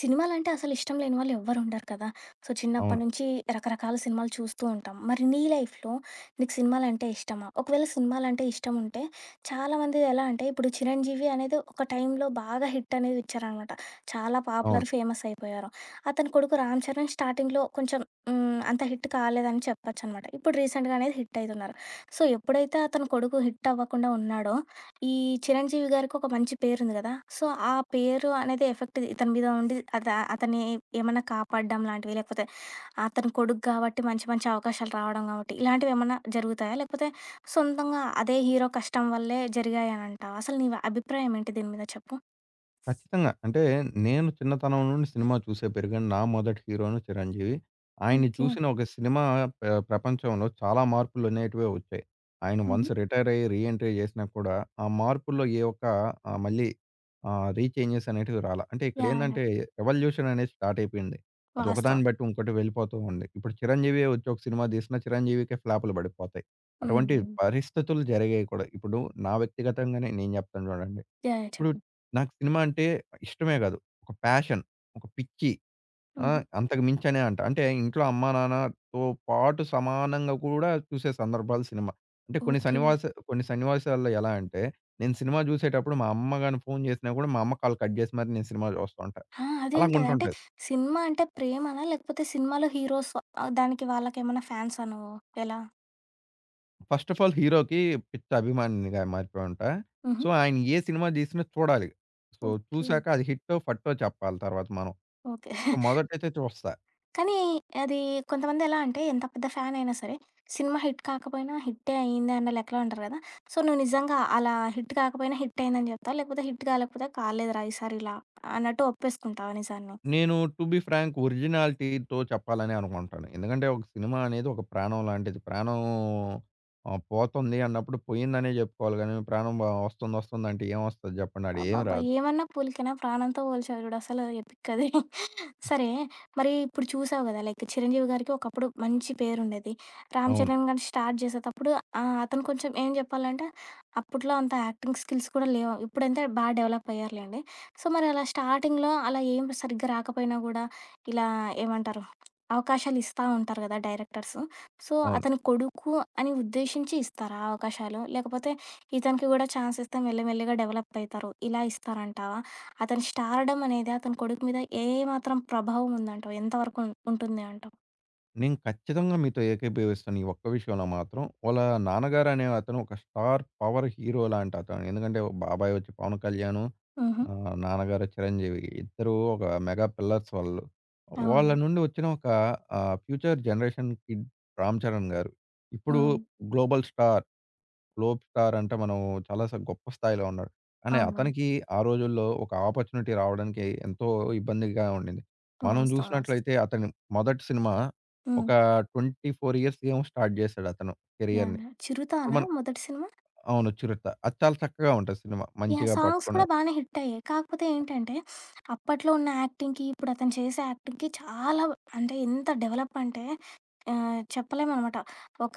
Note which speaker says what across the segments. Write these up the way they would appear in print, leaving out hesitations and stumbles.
Speaker 1: సినిమాలంటే అసలిష్టం లేని వాళ్ళు ఎవ్వరుండరు కదా! సో, చిన్నప్పటి
Speaker 2: అవును.
Speaker 1: నుంచి రకరకాల సినిమాలు చూస్తూ ఉంటాం. మరి నీ లైఫ్‌లో నీకు సినిమాలంటే ఇష్టమా? ఒకవేళ సినిమాలంటే ఇష్టముంటే చాలామంది ఎలా అంటే ఇప్పుడు 'చిరంజీవి' అనేది ఒక టైంలో బాగా హిట్ అనేది ఇచ్చారనమాట. చాలా
Speaker 2: అవును.
Speaker 1: పాపులర్, ఫేమస్ అయిపోయారు. అతని కొడుకు 'రామ్ చరణ్' స్టార్టింగ్‌లో కొంచెం అంత హిట్ కాలేదని చెప్పొచ్చనమాట. ఇప్పుడు రీసెంట్‌గా అనేది హిట్ అయితున్నారు. సో, ఎప్పుడైతే అతని కొడుకు హిట్ అవ్వకుండా ఉన్నాడో ఈ 'చిరంజీవి' గారికి ఒక మంచి పేరుంది గదా! సో, ఆ పేరు అనేది ఎఫెక్ట్ ఇతని మీద ఉండి అతన్ని ఏమన్నా కాపాడడం లాంటివి, లేకపోతే అతను కొడుకు గాబట్టి మంచి మంచి అవకాశాలు రావడం గాబట్టి, ఇలాంటివేమన్నా జరుగుతాయా? లేకపోతే సొంతంగా అదే హీరో కష్టం వల్లే జరిగాయనంటావా? అసలు నీ అభిప్రాయం ఏంటి దీని మీద చెప్పు?
Speaker 2: ఖచ్చితంగా. అంటే నేను చిన్నతనం నుండి సినిమా చూసే పెరిగాను. నా మొదటి హీరోను 'చిరంజీవి.' ఆయన్ని
Speaker 1: ఓకే.
Speaker 2: చూసిన ఒక సినిమా ప్రపంచంలో చాలా మార్పులనేటివే వచ్చాయి. ఆయన
Speaker 1: హుహు.
Speaker 2: వన్స్ రిటైర్ అయ్యి రీ ఎంట్రీ చేసినా కూడా ఆ మార్పుల్లో ఏ ఒక్క ఆహ్, మళ్ళీ రీచేంజెస్ అనేటివి రాల. అంటే
Speaker 1: యాహ్! యాహ్!
Speaker 2: ఇక్కడేందంటే ఎవల్యూషన్ అనేది స్టార్ట్ అయిపోయింది. అది ఒకదాన్ని
Speaker 1: వాస్తవం.
Speaker 2: బట్టి ఇంకోటి వెళ్ళిపోతూ ఉంది. ఇప్పుడు
Speaker 1: హ్మ్.
Speaker 2: 'చిరంజీవే' వచ్చి ఒక సినిమా తీసినా 'చిరంజీవికే' ఫ్లాపులు పడిపోతాయి. అటువంటి
Speaker 1: హ్మ్.
Speaker 2: పరిస్థితులు జరిగాయి కూడా. ఇప్పుడు నా వ్యక్తిగతంగానే నేను చెప్తాను చూడండి.
Speaker 1: యాహ్! యాహ్!
Speaker 2: ఇప్పుడు
Speaker 1: చెప్పు.
Speaker 2: నాకు సినిమా అంటే ఇష్టమే కాదు. ఒక ప్యాషన్. ఒక పిచ్చి. ఆ!
Speaker 1: హుహు.
Speaker 2: అంతకు మించనే అంట. అంటే ఇంట్లో అమ్మానాన్నతో పాటు సమానంగా కూడా చూసే సందర్భాలు సినిమా. అంటే
Speaker 1: ఓకే.
Speaker 2: కొన్ని సన్నివాసాల్లో ఎలా అంటే, నేను సినిమా చూసేటప్పుడు మా అమ్మ గాని ఫోను చేసినా కూడా మా అమ్మ కాల్ కట్ చేసి మరి నేను సినిమా చూస్తా ఉంటా.
Speaker 1: ఆ! అదేంటది? అంటే
Speaker 2: అలాగుంటుంటది.
Speaker 1: సినిమా అంటే ప్రేమనా? లేకపోతే సినిమాలో హీరోస్ దానికి వాళ్ళకేమన్నా ఫ్యాన్సా నువ్వు? ఎలా?
Speaker 2: ఫస్ట్ ఆఫ్ ఆల్ హీరోకి పిచ్చ అభిమానినిగా మారిపోయి ఉంటా.
Speaker 1: హుహు.
Speaker 2: సో, ఆయన ఏ సినిమా తీసినా చూడాలి. So,
Speaker 1: okay.
Speaker 2: చూసాక అది హిట్టో, ఫట్టో చెప్పాలి తర్వాత మనం.
Speaker 1: ఓకే.
Speaker 2: సో, మొదటైతే చూస్తా.
Speaker 1: కానీ అది కొంతమంది ఎలా అంటే ఎంత పెద్ద ఫ్యాన్ అయినా సరే, సినిమా హిట్ కాకపోయినా హిట్టే అయింది అన్న లెక్కలో ఉంటారు కదా! సో, నువ్వు నిజంగా అలా హిట్ కాకపోయినా హిట్ అయిందని చెప్తావా? లేకపోతే హిట్ కాలేకపోతే కాలేదురా ఈసారి ఇలా అన్నట్టు ఒప్పేసుకుంటావా నిజాన్ని?
Speaker 2: నేను టు బీ ఫ్రాంక్ ఒరిజినాలిటీ‌తో చెప్పాలనే అనుకుంటాను. ఎందుకంటే ఒక సినిమా అనేది ఒక ప్రాణం లాంటిది. ప్రాణం పోతుంది అన్నప్పుడు పోయిందనే జెప్పుకోవాలి గానీ, ప్రాణం వస్తుంది వస్తుంది అంటే ఏమొస్తది జెప్పండి? ఆడ ఏమి
Speaker 1: అబ్బబ్బా!
Speaker 2: రాదు.
Speaker 1: ఏమన్నా పూలికనా ప్రాణంతో పోల్చావు చూడు అసలు ఎపిక్ అది. సరే, మరి ఇప్పుడు చూసావు గదా! లైక్ 'చిరంజీవి' గారికి ఒకప్పుడు మంచి పేరుండేది. 'రామ్
Speaker 2: అవును.
Speaker 1: చరణ్' గారు స్టార్ట్ చేసేటప్పుడు అతను కొంచెం ఏం చెప్పాలంటే, అప్పట్లో అంత యాక్టింగ్ స్కిల్స్ కూడా లేవు. ఇప్పుడంటే బాగా డెవలప్ అయ్యారులెండి. సో, మరి అలా స్టార్టింగ్‌లో అలా ఏం సరిగ్గా రాకపోయినా గూడా, ఇలా ఏమంటారు, అవకాశాలు ఇస్తా ఉంటారు గదా డైరెక్టర్స్. సో,
Speaker 2: అవును.
Speaker 1: అతని కొడుకు అని ఉద్దేశించి ఇస్తారా ఆ అవకాశాలు? లేకపోతే ఇతనికి గూడా ఛాన్స్ ఇస్తే మెల్లి మెల్లిగా డెవలప్ అయితారు. ఇలా ఇస్తారంటావా? అతని స్టార్డమ్ అనేది అతని కొడుకు మీద ఏ మాత్రం ప్రభావం ఉందంటావు? ఎంతవరకు ఉంటుంది అంటావు?
Speaker 2: నేను ఖచ్చితంగా మీతో ఏకీభవిస్తాను ఈ ఒక్క విషయంలో మాత్రం. వాళ్ళ నాన్నగారు అనే అతను ఒక స్టార్ పవర్ హీరో లాంటి అతను. ఎందుకంటే బాబాయ్ వచ్చి పవన్ కళ్యాణు.
Speaker 1: హుహు.
Speaker 2: ఆ! నాన్నగారు 'చిరంజీవి' ఇద్దరు ఒక మెగా పిల్లర్స్ వాళ్ళు. వాళ్ళ
Speaker 1: అవును.
Speaker 2: నుండి వచ్చిన ఒక future generation kid 'Ram Charan' గారు. ఇప్పుడు
Speaker 1: హ్మ్.
Speaker 2: గ్లోబల్ స్టార్, గ్లోబ్ స్టార్ అంటే మనం చాలా స గొప్ప స్థాయిలో ఉన్నాడు. కానీ
Speaker 1: అవునవును.
Speaker 2: అతనికి ఆ రోజుల్లో ఒక ఆపర్చునిటీ రావడానికి ఎంతో ఇబ్బందిగా ఉండింది.
Speaker 1: వాస్తవం.
Speaker 2: మనం
Speaker 1: వాస్తవం.
Speaker 2: చూసినట్లయితే అతని మొదటి సినిమా
Speaker 1: హ్మ్.
Speaker 2: ఒక 24 ఇయర్స్ ఏమో స్టార్ట్ చేశాడు అతను
Speaker 1: యాహ్!
Speaker 2: కెరియర్‌ని.
Speaker 1: యాహ్! 'చిరుత'
Speaker 2: ఇప్పుడు
Speaker 1: నా
Speaker 2: మనం
Speaker 1: మొదటి సినిమా?
Speaker 2: అవును. 'చిరుత.' అది చాలా చక్కగా ఉంటది సినిమా.
Speaker 1: యాహ్!
Speaker 2: మంచిగా
Speaker 1: సాంగ్స్ కూడా
Speaker 2: పట్టుకున్నాడు.
Speaker 1: బానే హిట్టయ్యాయి. కాకపోతే ఏంటంటే, అప్పట్లో ఉన్న యాక్టింగ్‌కి, ఇప్పుడు అతను చేసే యాక్టింగ్‌కి చాలా అంటే ఎంత డెవలప్ అంటే చెప్పలేమనమాట. ఒక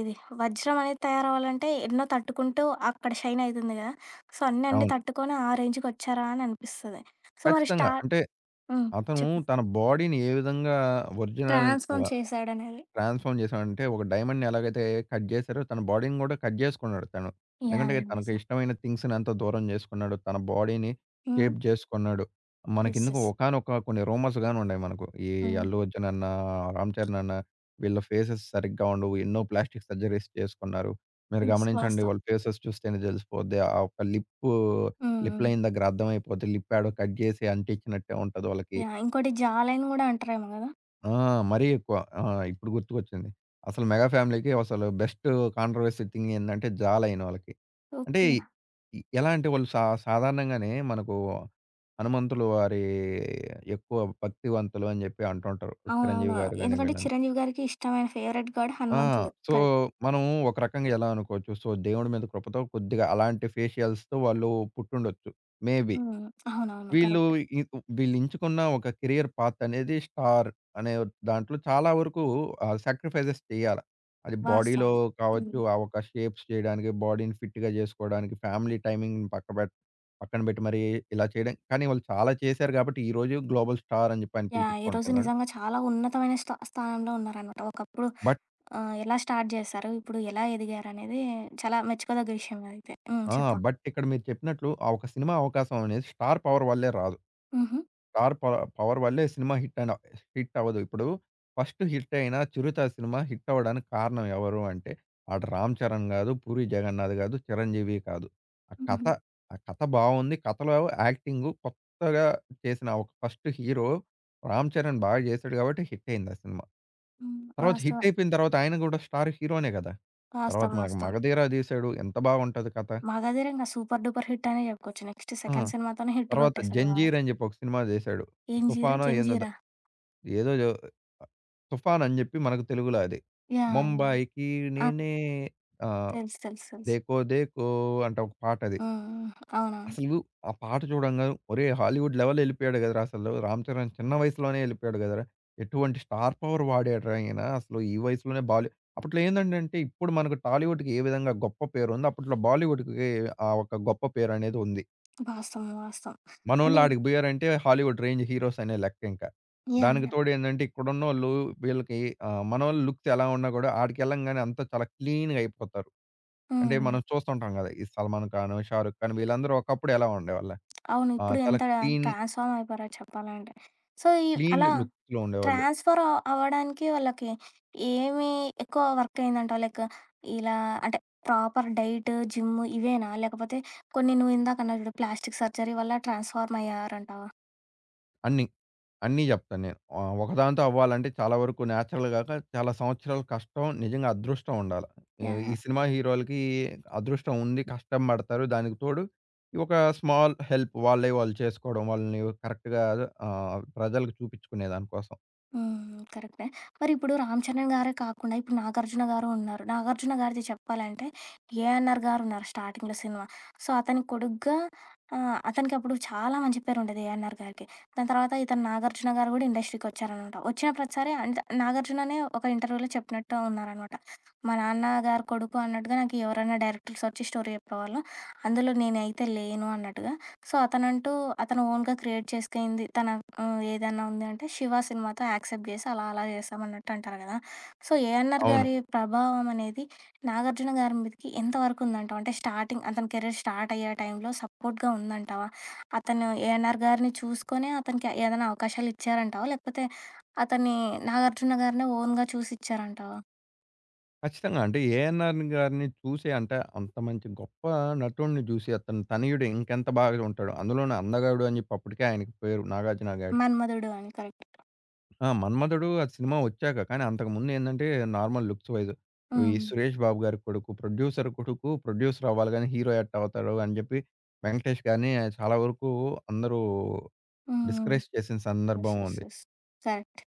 Speaker 1: ఇది వజ్రం అనేది తయారవ్వాలంటే ఎన్నో తట్టుకుంటూ అక్కడ షైన్ అయితుంది కదా! సో, అన్నీ అన్నీ
Speaker 2: అవును.
Speaker 1: తట్టుకొని ఆ రేంజ్‌కొచ్చారా అని అనిపిస్తది. సో, మరి స్టా
Speaker 2: ఖచ్చితంగా. అంటే
Speaker 1: హ్మ్.
Speaker 2: అతను
Speaker 1: చెప్పు.
Speaker 2: తన బాడీని ఏ విధంగా ఒరిజినల్ వ
Speaker 1: ట్రాన్స్‌ఫార్మ్ చేశాడనేది.
Speaker 2: ట్రాన్స్‌ఫార్మ్ చేశాడంటే, ఒక డైమండ్‌ని ఎలాగైతే కట్ చేశారో, తన బాడీని కూడా కట్ చేసుకున్నాడు తను. ఎందుకంటే,
Speaker 1: యాహ్! యాహ్!
Speaker 2: తనకు
Speaker 1: నిజం.
Speaker 2: ఇష్టమైన థింగ్స్‌ని అంత దూరం చేసుకున్నాడు. తన బాడీని
Speaker 1: హ్మ్.
Speaker 2: షేప్ చేసుకున్నాడు.
Speaker 1: యెస్.
Speaker 2: మనకెందుకు
Speaker 1: యెస్.
Speaker 2: ఒకానొక కొన్ని రూమర్స్ గాని ఉన్నాయి మనకు. ఈ
Speaker 1: హ్మ్.
Speaker 2: అల్లు అర్జున్ అన్న, రామ్ చరణ్ అన్న వీళ్ళ ఫేసెస్ సరిగ్గా ఉండవు. ఎన్నో ప్లాస్టిక్ సర్జరీస్ చేసుకున్నారు. మీరు
Speaker 1: యెస్.
Speaker 2: గమనించండి
Speaker 1: వాస్తవం.
Speaker 2: వాళ్ళ ఫేసెస్ చూస్తేనే తెలిసిపోద్ది. ఆ ఒక్క లిప్పు
Speaker 1: హ్మ్.
Speaker 2: లిప్
Speaker 1: హ్మ్.
Speaker 2: లైన్ దగ్గర అర్థమైపోద్ది. లిప్ యాడో కట్ చేసి అంటించినట్టే ఉంటది వాళ్ళకి.
Speaker 1: యాహ్! ఇంకోటి 'జాలైన్' కూడా అంటారేమో కదా!
Speaker 2: ఆ! మరీ ఎక్కువ. ఆ! ఇప్పుడు గుర్తుకొచ్చింది. అసలు 'మెగా ఫ్యామిలీ'కి అసలు బెస్ట్ కాంట్రోవర్సీ థింగ్ ఏందంటే 'జాల' అయినోళ్ళకి. అంటే
Speaker 1: ఓకే.
Speaker 2: ఎలా అంటే వాళ్ళు సా సాధారణంగానే మనకు హనుమంతులు వారి ఎక్కువ భక్తివంతులు అని జెప్పి అంటుంటారు.
Speaker 1: అవునవును.
Speaker 2: చిరంజీవి గారు గాని
Speaker 1: ఎందుకంటే
Speaker 2: వీళ్ళందరూ.
Speaker 1: 'చిరంజీవి' గారికి ఇష్టమైన ఫేవరెట్ గాడ్
Speaker 2: ఆ!
Speaker 1: హనుమంతుడు.
Speaker 2: So,
Speaker 1: correct.
Speaker 2: మనం ఒక రకంగా ఎలా అనుకోవచ్చు. సో, దేవుడి మీద కృపతో కొద్దిగా అలాంటి ఫేషియల్స్‌తో వాళ్ళు పుట్టుండొచ్చు. మేబీ.
Speaker 1: హ్మ్. అవునవును.
Speaker 2: వీళ్ళు
Speaker 1: కరెక్ట్.
Speaker 2: ఈ వీళ్ళెంచుకున్న ఒక కెరియర్ పాత్ అనేది స్టార్ అనే దాంట్లో చాలా వరకు సాక్రిఫైజెస్ చేయాల. అది బాడీలో
Speaker 1: వాస్తవం. హ్మ్.
Speaker 2: కావచ్చు, ఆ ఒక షేప్స్ చేయడానికి, బాడీని ఫిట్‌గా జేసుకోవడానికి, ఫ్యామిలీ టైమింగ్‌ని పక్క బెట్ పక్కన బెట్టి మరి ఇలా చేయడం కానీ వాళ్ళు చాలా చేశారు గాబట్టి, ఈరోజు గ్లోబల్ స్టార్ అని జెప్పి ఆయన
Speaker 1: యాహ్! ఈరోజు
Speaker 2: పిలిపించుకుంటున్నాడు.
Speaker 1: నిజంగా చాలా ఉన్నతమైన స్థానంలో ఉన్నారనమాట. ఒకప్పుడు
Speaker 2: బట్
Speaker 1: ఎలా స్టార్ట్ చేశారు? ఇప్పుడు ఎలా ఎదిగారనేది చాలా మెచ్చుకోదగ్గ విషయం అదైతే. హ్మ్.
Speaker 2: ఆ!
Speaker 1: చెప్పు.
Speaker 2: బట్ ఇక్కడ మీరు చెప్పినట్లు ఆ ఒక సినిమా అవకాశం అనేది స్టార్ పవర్ వల్లే రాదు.
Speaker 1: హుహు.
Speaker 2: స్టార్ ప పవర్ వల్లే సినిమా హిట్ అండ్ హిట్ అవ్వదు. ఇప్పుడు ఫస్ట్ హిట్ అయిన 'చిరుత' సినిమా హిట్ అవ్వడానికి కారణం ఎవరు అంటే, అటు రామ్ చరణ్ గాదు, పూరి జగన్నాథ్ గాదు, చిరంజీవి కాదు. ఆ కథ,
Speaker 1: హుహు.
Speaker 2: ఆ కథ బావుంది. కథలో యాక్టింగు కొత్తగా చేసిన ఒక ఫస్ట్ హీరో రామ్ చరణ్ బాగా చేశాడు కాబట్టి హిట్ అయింది ఆ సినిమా.
Speaker 1: హ్మ్.
Speaker 2: తర్వాత హిట్
Speaker 1: వాస్తవం.
Speaker 2: అయిపోయిన తర్వాత ఆయన గూడా స్టార్ హీరోనే గదా! తర్వాత
Speaker 1: వాస్తవం.
Speaker 2: మనకు
Speaker 1: వాస్తవం.
Speaker 2: 'మగధీర' తీశాడు. ఎంత బాగుంటది కథ.
Speaker 1: 'మగధీర' ఇంగ సూపర్ డూపర్ హిట్ అనే చెప్పుకోవచ్చు. నెక్స్ట్
Speaker 2: ఆ!
Speaker 1: సెకండ్ సినిమాతోనే హిట్
Speaker 2: తర్వాత
Speaker 1: కొట్టేసాడు బాగా.
Speaker 2: 'జంజీర్' అని జెప్పి ఒక సినిమా జేశాడు.
Speaker 1: 'ఏం జీరా?
Speaker 2: తుఫానో ఏందో ద
Speaker 1: జంజీరా?'
Speaker 2: ఏదో జో 'తుఫాన్' అని జెప్పి మనకు తెలుగులో అది.
Speaker 1: యాహ్! యాహ్!
Speaker 2: 'ముంబైకి
Speaker 1: ఆ!
Speaker 2: నేనే ఆహ్,
Speaker 1: తెలుసు. తెలుసు. తెలుసు.
Speaker 2: దేకో దేకో' అంటే ఒక పాటది.
Speaker 1: హ్మ్. హ్మ్. అవునవును.
Speaker 2: అసలు ఆ పాట చూడంగానే ఒరేయ్! హాలీవుడ్ లెవెల్ ఎళ్ళిపోయాడు గదరా! అసలు రామ్ చరణ్ చిన్న వయసులోనే ఎళ్ళిపోయాడు గదరా! ఎటువంటి స్టార్ పవర్ వాడాడురా ఈయన. అసలు ఈ వయసులోనే బాలీ అప్పట్లో ఏందండంటే ఇప్పుడు మనకు టాలీవుడ్‌కి ఏ విధంగా గొప్ప పేరుందో అప్పట్లో బాలీవుడ్‌కి ఆ ఒక గొప్ప పేరనేది ఉంది.
Speaker 1: వాస్తవం. వాస్తవం.
Speaker 2: మనోళ్ళు
Speaker 1: అంటే
Speaker 2: ఆడికి బోయారంటే హాలీవుడ్ రేంజ్ హీరోస్ అనే లెక్కింక.
Speaker 1: యాహ్!
Speaker 2: దానికి
Speaker 1: యాహ్!
Speaker 2: తోడేందంటే ఇక్కడున్నోళ్ళు వీళ్ళకి మనోళ్ళ లుక్స్ ఎలా ఉన్నా గూడా ఆడికెళ్ళంగానే అంతా చాలా క్లీన్‌గా అయిపోతారు. అంటే
Speaker 1: హ్మ్.
Speaker 2: మనం చూస్తుంటాం గదా! ఈ 'సల్మాన్ ఖాన్', 'షారుక్ ఖాన్' వీళ్ళందరూ ఒకప్పుడు ఎలా ఉండేవాళ్ళ?
Speaker 1: అవును.
Speaker 2: ఆహ్,
Speaker 1: ఇప్పుడు
Speaker 2: చాలా
Speaker 1: ఎంత
Speaker 2: క్లీన్
Speaker 1: ట్రాన్స్‌ఫార్మ్ అయిపోయారో చెప్పాలంటే. సో, ఈ
Speaker 2: క్లీన్
Speaker 1: అలా
Speaker 2: లుక్స్‌లో ఉండేవాళ్ళు.
Speaker 1: ట్రాన్స్‌ఫర్ అ అవ్వడానికి వాళ్ళకి ఏమి ఎక్కువ వర్క్ అయిందంటావు? లైక్ ఇలా అంటే ప్రాపర్ డైట్, జిమ్ ఇవేనా? లేకపోతే కొన్ని నువ్వు ఇందాక అన్నావు చూడు ప్లాస్టిక్ సర్జరీ వల్ల ట్రాన్స్‌ఫార్మ్ అయ్యారంటావా?
Speaker 2: అన్ని. అన్నీ జెప్తాను నేను. ఒకదాంతో అవ్వాలంటే చాలా వరకు నేచురల్ గాక చాలా సంవత్సరాలు కష్టం, నిజంగా అదృష్టం ఉండాల.
Speaker 1: యాహ్!
Speaker 2: ఈ సినిమా హీరోలకి అదృష్టం ఉంది. కష్టం బడతారు. దానికి తోడు ఈ ఒక స్మాల్ హెల్ప్ వాళ్ళయి వాళ్ళు చేసుకోవడం. వాళ్ళని కరెక్ట్‌గా ప్రజలకు చూపించుకునే దానికోసం.
Speaker 1: హ్మ్. కరెక్టే. మరిప్పుడు 'రామ్ చరణ్' గారే కాకుండా ఇప్పుడు 'నాగార్జున' గారు ఉన్నారు. 'నాగార్జున' గారిది చెప్పాలంటే ఏఆర్ గారున్నారు స్టార్టింగ్‌లో సినిమా. సో, అతనికి కొడుగ్గా అతనికి అప్పుడు చాలా మంచి పేరుండేది ఏఆర్ గారికి. దాని తర్వాత ఇతను 'నాగార్జున' గారు కూడా ఇండస్ట్రీకొచ్చారనమాట. వచ్చిన ప్రతిసారి అంటే 'నాగార్జుననే' ఒక ఇంటర్వ్యూలో చెప్పినట్టు ఉన్నారనమాట. మా నాన్నగారు కొడుకు అన్నట్టుగా నాకు ఎవరైనా డైరెక్టర్స్ వచ్చి స్టోరీ చెప్పేవాళ్ళు. అందులో నేనైతే లేను అన్నట్టుగా. సో, అతనంటూ అతను ఓన్‌గా క్రియేట్ చేసుకయింది తన ఏదన్నా ఉంది అంటే 'శివ' సినిమాతో యాక్సెప్ట్ జేసి అలా అలా జేశామన్నట్టు అంటారు గదా! సో, ఏఎన్నార్
Speaker 2: అవును.
Speaker 1: గారి ప్రభావం అనేది నాగార్జున గారి మీదకి ఎంతవరకు ఉందంటావు? అంటే స్టార్టింగ్ అతని కెరీర్ స్టార్ట్ అయ్యే టైంలో సపోర్ట్‌గా ఉందంటావా? అతను ఏఎన్నార్ గారిని చూసుకొనే అతనికి ఏదైనా అవకాశాలు ఇచ్చారంటావా? లేకపోతే అతన్ని నాగార్జున గారినే ఓన్‌గా చూసి ఇచ్చారంటావా?
Speaker 2: ఖచ్చితంగా. అంటే ఏఎన్నార్ గారిని చూసి అంటే అంత మంచి గొప్ప నటుడిని జూసి అతని తనయుడు ఇంకెంత బాగా ఉంటాడు. అందులోనూ అందగాడు అని జెప్పి అప్పటికే ఆయనకి పేరు నాగార్జున గారికి.
Speaker 1: 'మన్మధుడు' అని కరెక్ట్.
Speaker 2: ఆ! 'మన్మధుడు' అది సినిమా వచ్చాక. కానీ అంతకుముందు ఏందంటే నార్మల్ లుక్స్ వైస్ ఈ
Speaker 1: హ్మ్.
Speaker 2: సురేష్ బాబు గారి కొడుకు, ప్రొడ్యూసర్ కొడుకు ప్రొడ్యూసర్ అవ్వాలి గాని హీరో ఎట్టా అవుతాడు అని చెప్పి వెంకటేష్ గారిని చాలా వరకు అందరూ
Speaker 1: హ్మ్. హ్మ్.
Speaker 2: డిస్కరేజ్ చేసిన
Speaker 1: యెస్.
Speaker 2: సందర్భం
Speaker 1: యెస్.
Speaker 2: ఉంది.
Speaker 1: యెస్. కరెక్ట్.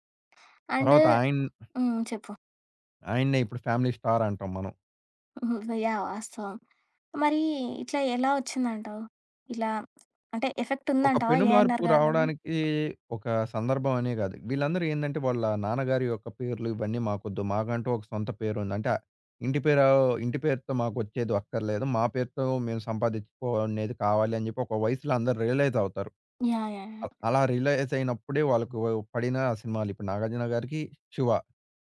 Speaker 1: అండ్
Speaker 2: తర్వాత ఆయన
Speaker 1: హ్మ్. చెప్పు.
Speaker 2: ఆయన్నే ఇప్పుడు ఫ్యామిలీ స్టార్ అంటాం మనం.
Speaker 1: హుహు. యాహ్! వాస్తవం. మరి ఇట్లా ఎలా ఒచ్చిందంటావు? ఇలా అంటే ఎఫెక్ట్
Speaker 2: ఒక
Speaker 1: ఉందంటావా ఏఎన్నార్
Speaker 2: పెనుమార్పు
Speaker 1: గారిది?
Speaker 2: రావడానికి ఒక సందర్భం అనే కాదు. వీళ్ళందరూ ఏందంటే వాళ్ళ నాన్నగారి యొక్క పేర్లు ఇవన్నీ మాకొద్దు. మాకంటూ ఒక సొంత పేరుంది. అంటే ఆ ఇంటి పేరు ఇంటి పేరుతో మాకొచ్చేది అక్కర్లేదు. మా పేరుతో మేము సంపాదించుకునేది కావాలి అని చెప్పి ఒక వయసులో అందరూ రియలైజ్ అవుతారు.
Speaker 1: యాహ్! యాహ్! యాహ్!
Speaker 2: అలా రియలైజ్ అయినప్పుడే వాళ్ళకు పడిన సినిమాలు. ఇప్పుడు 'నాగార్జున' గారికి 'శివ'.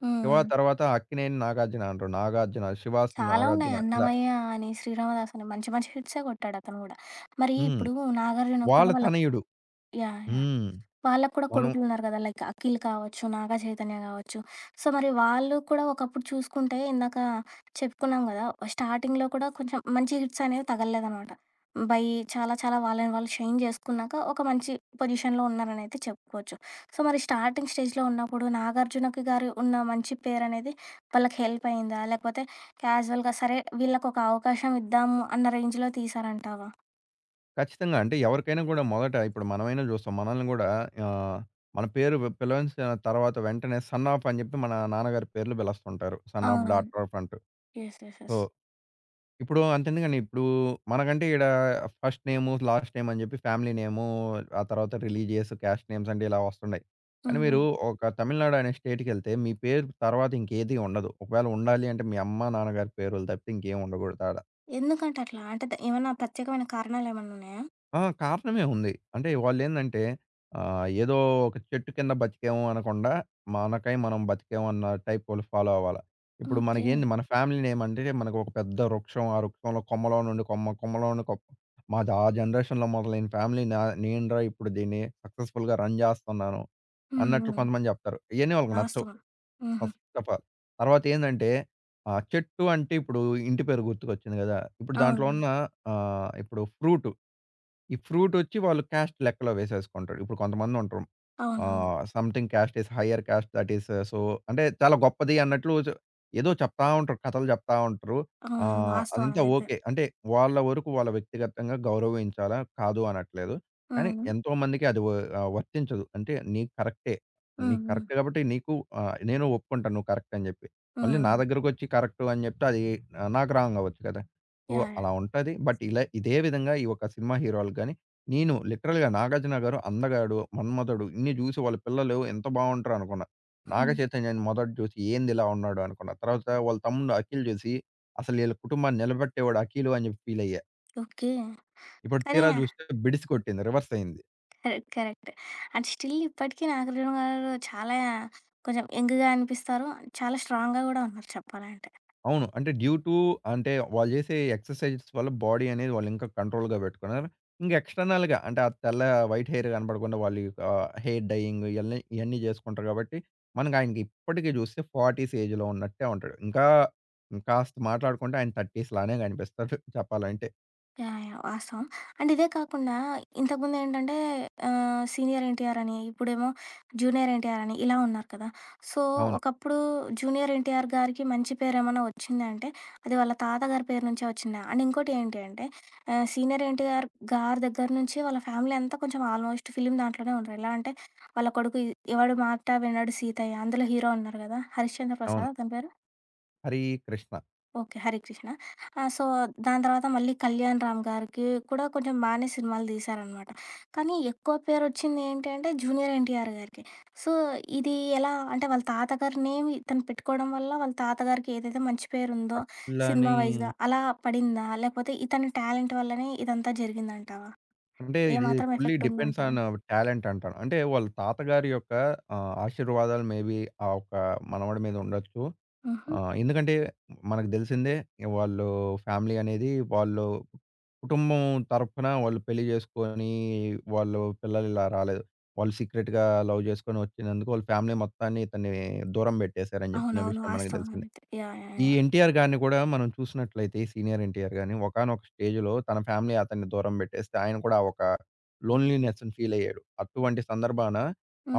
Speaker 1: హ్మ్.
Speaker 2: 'శివ'
Speaker 1: హ్మ్.
Speaker 2: తర్వాత 'అక్కినేని నాగార్జున' అంటారు. 'నాగార్జున', 'శివాస్
Speaker 1: చాలా ఉన్నాయి.
Speaker 2: నాగార్జున' ఇలా
Speaker 1: 'అన్నమయ్య' అని, 'శ్రీరామదాసు' అని మంచి మంచి హిట్సే కొట్టాడతను గూడా. మరి
Speaker 2: హ్మ్.
Speaker 1: ఇప్పుడు 'నాగార్జునకు'
Speaker 2: వాళ్ళ
Speaker 1: కూడా వాళ్ళ
Speaker 2: తనయుడు.
Speaker 1: యాహ్! యాహ్!
Speaker 2: హ్మ్.
Speaker 1: వాళ్ళకి కూడా
Speaker 2: మనం
Speaker 1: కొడుకులున్నారు గదా! లైక్ అఖిల్ కావచ్చు, నాగ చైతన్య గావచ్చు. సో, మరి వాళ్ళు కూడా ఒకప్పుడు చూసుకుంటే ఇందాక చెప్పుకున్నాం గదా! స్టార్టింగ్‌లో కూడా కొంచెం మంచి హిట్స్ అనేవి తగలలేదనమాట. బై చాలా చాలా వాళ్ళని వాళ్ళు షైన్ చేసుకున్నాక ఒక మంచి పొజిషన్‌లో ఉన్నారనైతే చెప్పుకోవచ్చు. సో, మరి స్టార్టింగ్ స్టేజ్‌లో ఉన్నప్పుడు నాగార్జునకి గారు ఉన్న మంచి పేరనేది వాళ్ళకి హెల్ప్ అయిందా? లేకపోతే క్యాజువల్‌గా సరే వీళ్ళకొక అవకాశం ఇద్దాము అన్న రేంజ్‌లో తీశారంటావా?
Speaker 2: ఖచ్చితంగా. అంటే ఎవరికైనా గూడా మొదట ఇప్పుడు మనమైనా జూస్తాం. మనల్ని గూడా ఆహ్, మన పేరు వి పిలవలిసిన తర్వాత వెంటనే సన్ ఆఫ్ అని జెప్పి మన నాన్నగారి పేర్లు పిలుస్తుంటారు. సన్ ఆఫ్,
Speaker 1: అవునవును.
Speaker 2: డాటర్ ఆఫ్ అంటూ.
Speaker 1: యెస్. యెస్.
Speaker 2: So,
Speaker 1: yes.
Speaker 2: ఇప్పుడు అంతెందుకండి. ఇప్పుడు మనకంటే ఈడ ఫస్ట్ నేము, లాస్ట్ నేమ్ అని జెప్పి ఫ్యామిలీ నేము, ఆ తర్వాత రిలీజియస్, క్యాస్ట్ నేమ్స్ అంటే ఇలా వస్తున్నాయి.
Speaker 1: హ్మ్.
Speaker 2: కానీ మీరు
Speaker 1: హ్మ్.
Speaker 2: ఒక తమిళనాడు అనే స్టేట్‌కెళ్తే మీ పేరు తర్వాత ఇంకేది ఉండదు. ఒకవేళ ఉండాలి అంటే మీ అమ్మ, నాన్నగారి పేరులు తప్పితే ఇంకేం ఉండకూడదు ఆడ.
Speaker 1: ఎందుకంటే అట్లా? అంటే ద ఏమన్నా ప్రత్యేకమైన కారణాలేమన్నా ఉన్నాయా?
Speaker 2: ఆ! కారణమే ఉంది. అంటే వాళ్ళేందంటే ఏదో ఒక చెట్టు కింద బతికాము అనకుండా, మనకై మనం బతికాము అన్న టైప్ వాళ్ళు ఫాలో అవ్వాల. ఇప్పుడు
Speaker 1: ఓకే.
Speaker 2: మనకేంది మన ఫ్యామిలీ నేమంటే మనకు ఒక పెద్ద వృక్షం. ఆ వృక్షంలో కొమ్మలో నుండి కొమ్మ, కొమ్మలో నుండి కొమ్మ. మాది ఆ జనరేషన్‌లో మొదలైన ఫ్యామిలీ నేనురా ఇప్పుడు దీన్ని సక్సెస్‌ఫుల్‌గా రన్ చేస్తున్నాను
Speaker 1: హ్మ్.
Speaker 2: అన్నట్లు
Speaker 1: హ్మ్.
Speaker 2: కొంతమంది చెప్తారు. ఇయన్నీ వాళ్ళకి నచ్చవు
Speaker 1: వాస్తవం. హుహు.
Speaker 2: First of all. తర్వాత ఏందంటే చెట్టు అంటే ఇప్పుడు ఇంటి పేరు గుర్తుకొచ్చింది కదా! ఇప్పుడు దాంట్లో
Speaker 1: అవును.
Speaker 2: ఉన్న ఆహ్, ఇప్పుడు ఫ్రూట్ ఈ ఫ్రూటొచ్చి వాళ్ళు క్యాస్ట్ లెక్కలో వేసేసుకుంటాడు. ఇప్పుడు కొంతమందుంటరు.
Speaker 1: అవునవును.
Speaker 2: Something caste is higher caste that is so అంటే చాలా గొప్పది అన్నట్లు ఏదో చెప్తా ఉంటారు. కథలు చెప్తా ఉంటారు.
Speaker 1: అవునవును. వాస్తవం
Speaker 2: అదంతా
Speaker 1: అదైతే.
Speaker 2: ఓకే. అంటే వాళ్ళ వరకు వాళ్ళ వ్యక్తిగతంగా గౌరవించాలా కాదు అనట్లేదు. కానీ
Speaker 1: హ్మ్.
Speaker 2: ఎంతోమందికి అది వ వర్తించదు. అంటే నీకు కరెక్టే.
Speaker 1: హ్మ్.
Speaker 2: నీకు
Speaker 1: హ్మ్.
Speaker 2: కరెక్ట్ కాబట్టి నీకు నేను ఒప్పుకుంటాను నువ్వు కరెక్ట్ అని జెప్పి. మళ్ళీ
Speaker 1: హ్మ్.
Speaker 2: నా దగ్గరకొచ్చి కరెక్టు అని జెప్తే అది నాకు రాంగ్ అవ్వచ్చు కదా! So,
Speaker 1: yeah! యాహ్!
Speaker 2: అలా ఉంటది. బట్ ఇలా ఇదే విధంగా ఈ ఒక సినిమా హీరోలు గాని, నేను లిటరల్‌గా 'నాగార్జున' గారు అందగాడు, మన్మధుడు ఇన్ని జూసి వాళ్ళ పిల్లలు ఎంత బావుంటరు అనుకున్న. 'నాగ
Speaker 1: హ్మ్.
Speaker 2: చైతన్య'ని మొదట జూసి ఏందిలా ఉన్నాడు అనుకున్న. తర్వాత వాళ్ళ తమ్ముడు 'అఖిల్' జూసి అసలు ఈళ్ళ కుటుంబాన్ని నిలబెట్టేవాడు అఖిలు అని జెప్పి ఫీలయ్యా.
Speaker 1: ఓకే.
Speaker 2: ఇప్పుడు
Speaker 1: కానీ
Speaker 2: తీరా జూస్తే బిడిసి కొట్టింది. రివర్స్ అయింది.
Speaker 1: కరెక్ట్. కరెక్ట్. అండ్ స్టిల్ ఇప్పటికి నాగార్జున గారు చాలా కొంచెం యంగ్‌గా అనిపిస్తారు. చాలా స్ట్రాంగ్‌గా గూడా ఉన్నారు చెప్పాలంటే.
Speaker 2: అవును. అంటే డ్యూ టూ అంటే వాళ్ళు జేసే ఎక్సర్‌సైజెస్ వల్ల బాడీ అనేది వాళ్ళింకా కంట్రోల్‌గా బెట్టుకున్నారు. ఇంక ఎక్స్‌టర్నల్‌గా అంటే ఆ తెల్ల వైట్ హెయిర్ గనపడకుండా వాళ్ళు యొక్క హెయిర్ డైయింగ్ ఇయన్నీ ఇయన్నీ జేసుకుంటారు గాబట్టి, మనకు ఆయనకి ఇప్పటికి జూస్తే 40స్ ఏజ్‌లో ఉన్నట్టే ఉంటాడు. ఇంకాస్త మాట్లాడుకుంటే ఆయన 30స్ లానే గనిపిస్తాడు చెప్పాలంటే.
Speaker 1: యాహ్! యాహ్! వాస్తవం. అండ్ ఇదే కాకుండా ఇంతకుముందేంటంటే సీనియర్ ఎన్టీఆర్ అని, ఇప్పుడేమో జూనియర్ ఎన్టీఆర్ అని ఇలా ఉన్నారు కదా! సో,
Speaker 2: అవును.
Speaker 1: ఒకప్పుడు జూనియర్ ఎన్టీఆర్ గారికి మంచి పేరేమన్నా వచ్చిందంటే, అది వాళ్ళ తాతగారి పేరు నుంచే వచ్చిందా? అండ్ ఇంకోటి ఏంటి అంటే సీనియర్ ఎన్టీఆర్ గారి దగ్గర నుంచి వాళ్ళ ఫ్యామిలీ అంతా కొంచెం ఆల్మోస్ట్ ఫిలిం దాంట్లోనే ఉంటారు. ఎలా అంటే వాళ్ళ కొడుకు 'ఎవడు మాట వినడు సీతయ్య' అందులో హీరో ఉన్నారు కదా! 'హరిశ్చంద్ర
Speaker 2: అవును.
Speaker 1: ప్రసాద్' అతని పేరు?
Speaker 2: 'హరికృష్ణ'
Speaker 1: ఓకే. 'హరికృష్ణ'. సో, దాని తర్వాత మళ్ళీ 'కళ్యాణ్ రామ్' గారికి కూడా కొంచెం బానే సినిమాలు తీశారనమాట. కానీ ఎక్కువ పేరొచ్చింది ఏంటి అంటే 'జూనియర్ ఎన్టీఆర్' గారికి. సో, ఇది ఎలా అంటే వాళ్ళ తాతగారి నేమ్ ఇతను పెట్టుకోవడం వల్ల వాళ్ళ తాతగారికి ఏదైతే మంచి పేరుందో సినిమా
Speaker 2: అట్లని
Speaker 1: వైస్‌గా అలా పడిందా? లేకపోతే ఇతని టాలెంట్ వల్లనే ఇదంతా జరిగిందంటావా?
Speaker 2: అంటే
Speaker 1: ఏ
Speaker 2: ఇది
Speaker 1: మాత్రం
Speaker 2: ఫుల్లీ
Speaker 1: ఎఫెక్ట్
Speaker 2: డిపెండ్స్
Speaker 1: ఉందంటావు?
Speaker 2: ఆన్ టాలెంట్ అంటాను. అంటే వాళ్ళ తాతగారి యొక్క ఆశీర్వాదాలు మేబీ ఆ ఒక్క మనవడి మీద ఉండొచ్చు.
Speaker 1: హుహు.
Speaker 2: ఆ! ఎందుకంటే మనకు తెలిసిందే వాళ్ళు ఫ్యామిలీ అనేది వాళ్ళు కుటుంబం తరపున వాళ్ళు పెళ్లి చేసుకొని వాళ్ళు పిల్లలు ఇలా రాలేదు. వాళ్ళు సీక్రెట్‌గా లవ్ చేసుకొని వచ్చినందుకు వాళ్ళ ఫ్యామిలీ మొత్తాన్ని ఇతన్ని దూరం పెట్టేశారని చెప్పిన
Speaker 1: అవునవును.
Speaker 2: విషయం మనకు
Speaker 1: వాస్తవం
Speaker 2: తెలిసిందే.
Speaker 1: అదైతే. యాహ్! యాహ్!
Speaker 2: ఈ
Speaker 1: యాహ్!
Speaker 2: ఎన్టీఆర్ గారిని కూడా మనం చూసినట్లయితే ఈ సీనియర్ ఎన్టీఆర్ గారిని ఒకానొక స్టేజ్‌లో తన ఫ్యామిలీ అతన్ని దూరం పెట్టేస్తే ఆయన కూడా ఒక లోన్‌లీనెస్‌ని ఫీల్ అయ్యాడు. అటువంటి సందర్భాన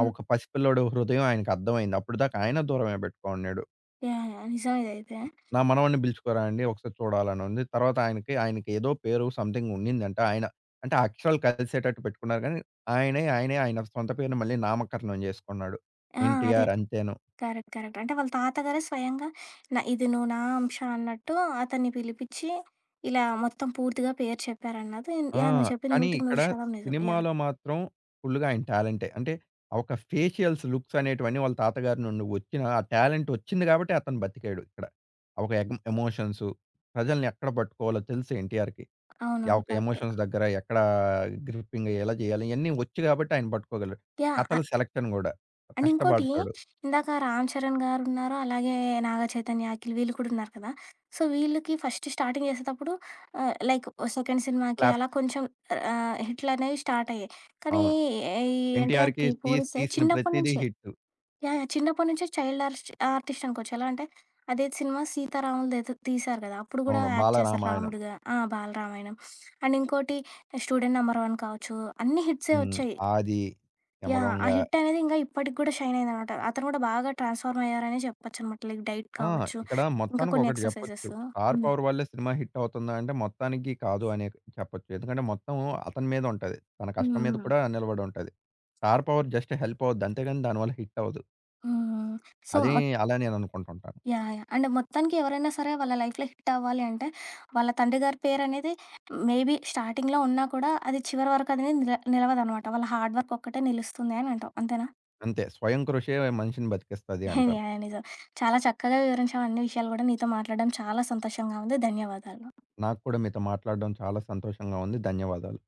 Speaker 2: ఆ ఒక పసిపిల్లోడు హృదయం ఆయనకు అర్థమైంది. అప్పటిదాకా ఆయన దూరమే పెట్టుకొన్నాడు.
Speaker 1: యాహ్! యాహ్! నిజం ఇదైతే.
Speaker 2: నా మనవడిని పిలుచుకోరా అండి ఒకసారి చూడాలని ఉంది. ఆయనకి ఏదో పేరు సంథింగ్ ఉండిందంట. ఆయన అంటే ఆ అక్షరాలు కలిసేటట్టు పెట్టుకున్నారు గానీ, ఆయనే ఆయన సొంత పేరుని మళ్ళీ నామకరణం చేసుకున్నాడు.
Speaker 1: ఆ! అదే.
Speaker 2: 'ఎన్టీఆర్' అంతేను.
Speaker 1: కరెక్ట్. కరెక్ట్. అంటే వాళ్ళ తాతగారే స్వయంగా ఇది నువ్వు నా అంశ అన్నట్టు అతన్ని పిలిపిచ్చి, ఇలా మొత్తం పూర్తిగా పేరు చెప్పారన్నది
Speaker 2: ఆ!
Speaker 1: యాహ్! నువ్వు చెప్పింది
Speaker 2: కానీ
Speaker 1: 100కి
Speaker 2: ఇక్కడ
Speaker 1: 100% నిజం. యాహ్!
Speaker 2: సినిమాలో మాత్రం ఫుల్‌గా ఆయన టాలెంటే. అంటే ఆ ఒక ఫేషియల్స్ లుక్స్ అనేటివన్నీ వాళ్ళ తాతగారి నుండి వచ్చిన ఆ టాలెంట్ వచ్చింది కాబట్టి అతను బతికాడు ఇక్కడ. ఆ ఒక ఎగ్ ఎమోషన్స్ ప్రజల్ని ఎక్కడ పట్టుకోవాలో తెలుసు 'ఎన్టీఆర్‌కి.' యాహ్!
Speaker 1: అవునవును.
Speaker 2: ఒక
Speaker 1: కరెక్టే.
Speaker 2: ఎమోషన్స్ దగ్గర ఎక్కడ గ్రిప్పింగ్ ఎలా చేయాలి ఇయన్నీ వచ్చు కాబట్టి ఆయన పట్టుకోగలడు.
Speaker 1: యాహ్!
Speaker 2: కథల సెలక్షన్ గూడా
Speaker 1: అండ్ ఇంకోటి
Speaker 2: కష్టపడతాడు.
Speaker 1: ఇందాక 'రామ్ చరణ్' గారున్నారు, అలాగే 'నాగ చైతన్య', 'అఖిల్' వీళ్ళు కూడా ఉన్నారు కదా! సో, వీళ్ళకి ఫస్ట్ స్టార్టింగ్ చేసేటప్పుడు లైక్ సెకండ్ సినిమాకి
Speaker 2: క్లాప్
Speaker 1: అలా కొంచెం హిట్‌లనేవి స్టార్ట్ అయ్యాయి. కానీ
Speaker 2: అవును.
Speaker 1: ఈ
Speaker 2: 'ఎన్టీఆర్‌కి'
Speaker 1: 'ఎన్టీఆర్‌కి' పోలిస్తే
Speaker 2: తీసిన
Speaker 1: చిన్నప్పటి
Speaker 2: ప్రతిది
Speaker 1: నుంచే
Speaker 2: హిట్.
Speaker 1: యాహ్! యాహ్! చిన్నప్పటి నుంచే చైల్డ్ ఆర్స్ట్ ఆర్టిస్ట్ అనుకోవచ్చు. ఎలా అంటే, అదే సినిమా 'సీతారాములదేదో' తీశారు కదా! అప్పుడు కూడా
Speaker 2: అవును.
Speaker 1: యాక్ట్ చేశారు
Speaker 2: 'బాలరామాయణం'
Speaker 1: రాముడుగా. ఆ! 'బాలరామాయణం.' అండ్ ఇంకోటి 'స్టూడెంట్ నంబర్ వన్' కావచ్చు. అన్ని హిట్సే
Speaker 2: హ్మ్.
Speaker 1: వచ్చాయి.
Speaker 2: 'ఆది',
Speaker 1: యాహ్! ఆ
Speaker 2: 'యమదొంగ'
Speaker 1: హిట్ అనేది ఇంకా ఇప్పటికి కూడా షైన్ అయిందనమాట. అతను కూడా బాగా ట్రాన్స్‌ఫార్మ్ అయ్యారనే చెప్పొచ్చనమాట. లైక్ డైట్
Speaker 2: ఆ!
Speaker 1: కావచ్చు,
Speaker 2: ఇక్కడ
Speaker 1: ఇంకా
Speaker 2: మొత్తానికి
Speaker 1: కొన్ని
Speaker 2: ఒకటి
Speaker 1: ఎక్సర్‌సైజెస్.
Speaker 2: చెప్పొచ్చు.
Speaker 1: హ్మ్.
Speaker 2: స్టార్
Speaker 1: హ్మ్.
Speaker 2: పవర్ వల్లే సినిమా హిట్ అవుతుందా అంటే మొత్తానికి కాదు అనే చెప్పొచ్చు. ఎందుకంటే మొత్తం అతని మీద ఉంటది. తన కష్టం మీద
Speaker 1: హ్మ్.
Speaker 2: కూడా నిలబడి ఉంటది. స్టార్ పవర్ జస్ట్ హెల్ప్ అవుద్ది. అంతేగాని దానివల్ల హిట్ అవ్వదు.
Speaker 1: హ్మ్. సో
Speaker 2: అదే అలా నేను అనుకుంటుంటాను.
Speaker 1: యాహ్! యాహ్! అంటే మొత్తానికి ఎవరైనా సరే వాళ్ళ లైఫ్‌లో హిట్ అవ్వాలి అంటే, వాళ్ళ తండ్రి గారి పేరనేది మేబీ స్టార్టింగ్‌లో ఉన్నా కూడా, అది చివరి వరకు అనేది నిలవదనమాట. వాళ్ళ హార్డ్ వర్క్ ఒక్కటే నిలుస్తుంది అని అంటావు. అంతేనా?
Speaker 2: అంతే. స్వయం కృషే మనిషిని బతికిస్తది
Speaker 1: యాహ్!
Speaker 2: అంటాను.
Speaker 1: యాహ్! నిజం. చాలా చక్కగా వివరించావు అన్ని విషయాలు గూడా. నీతో మాట్లాడడం చాలా సంతోషంగా ఉంది. ధన్యవాదాలు.
Speaker 2: నాకు కూడా మీతో మాట్లాడడం చాలా సంతోషంగా ఉంది. ధన్యవాదాలు.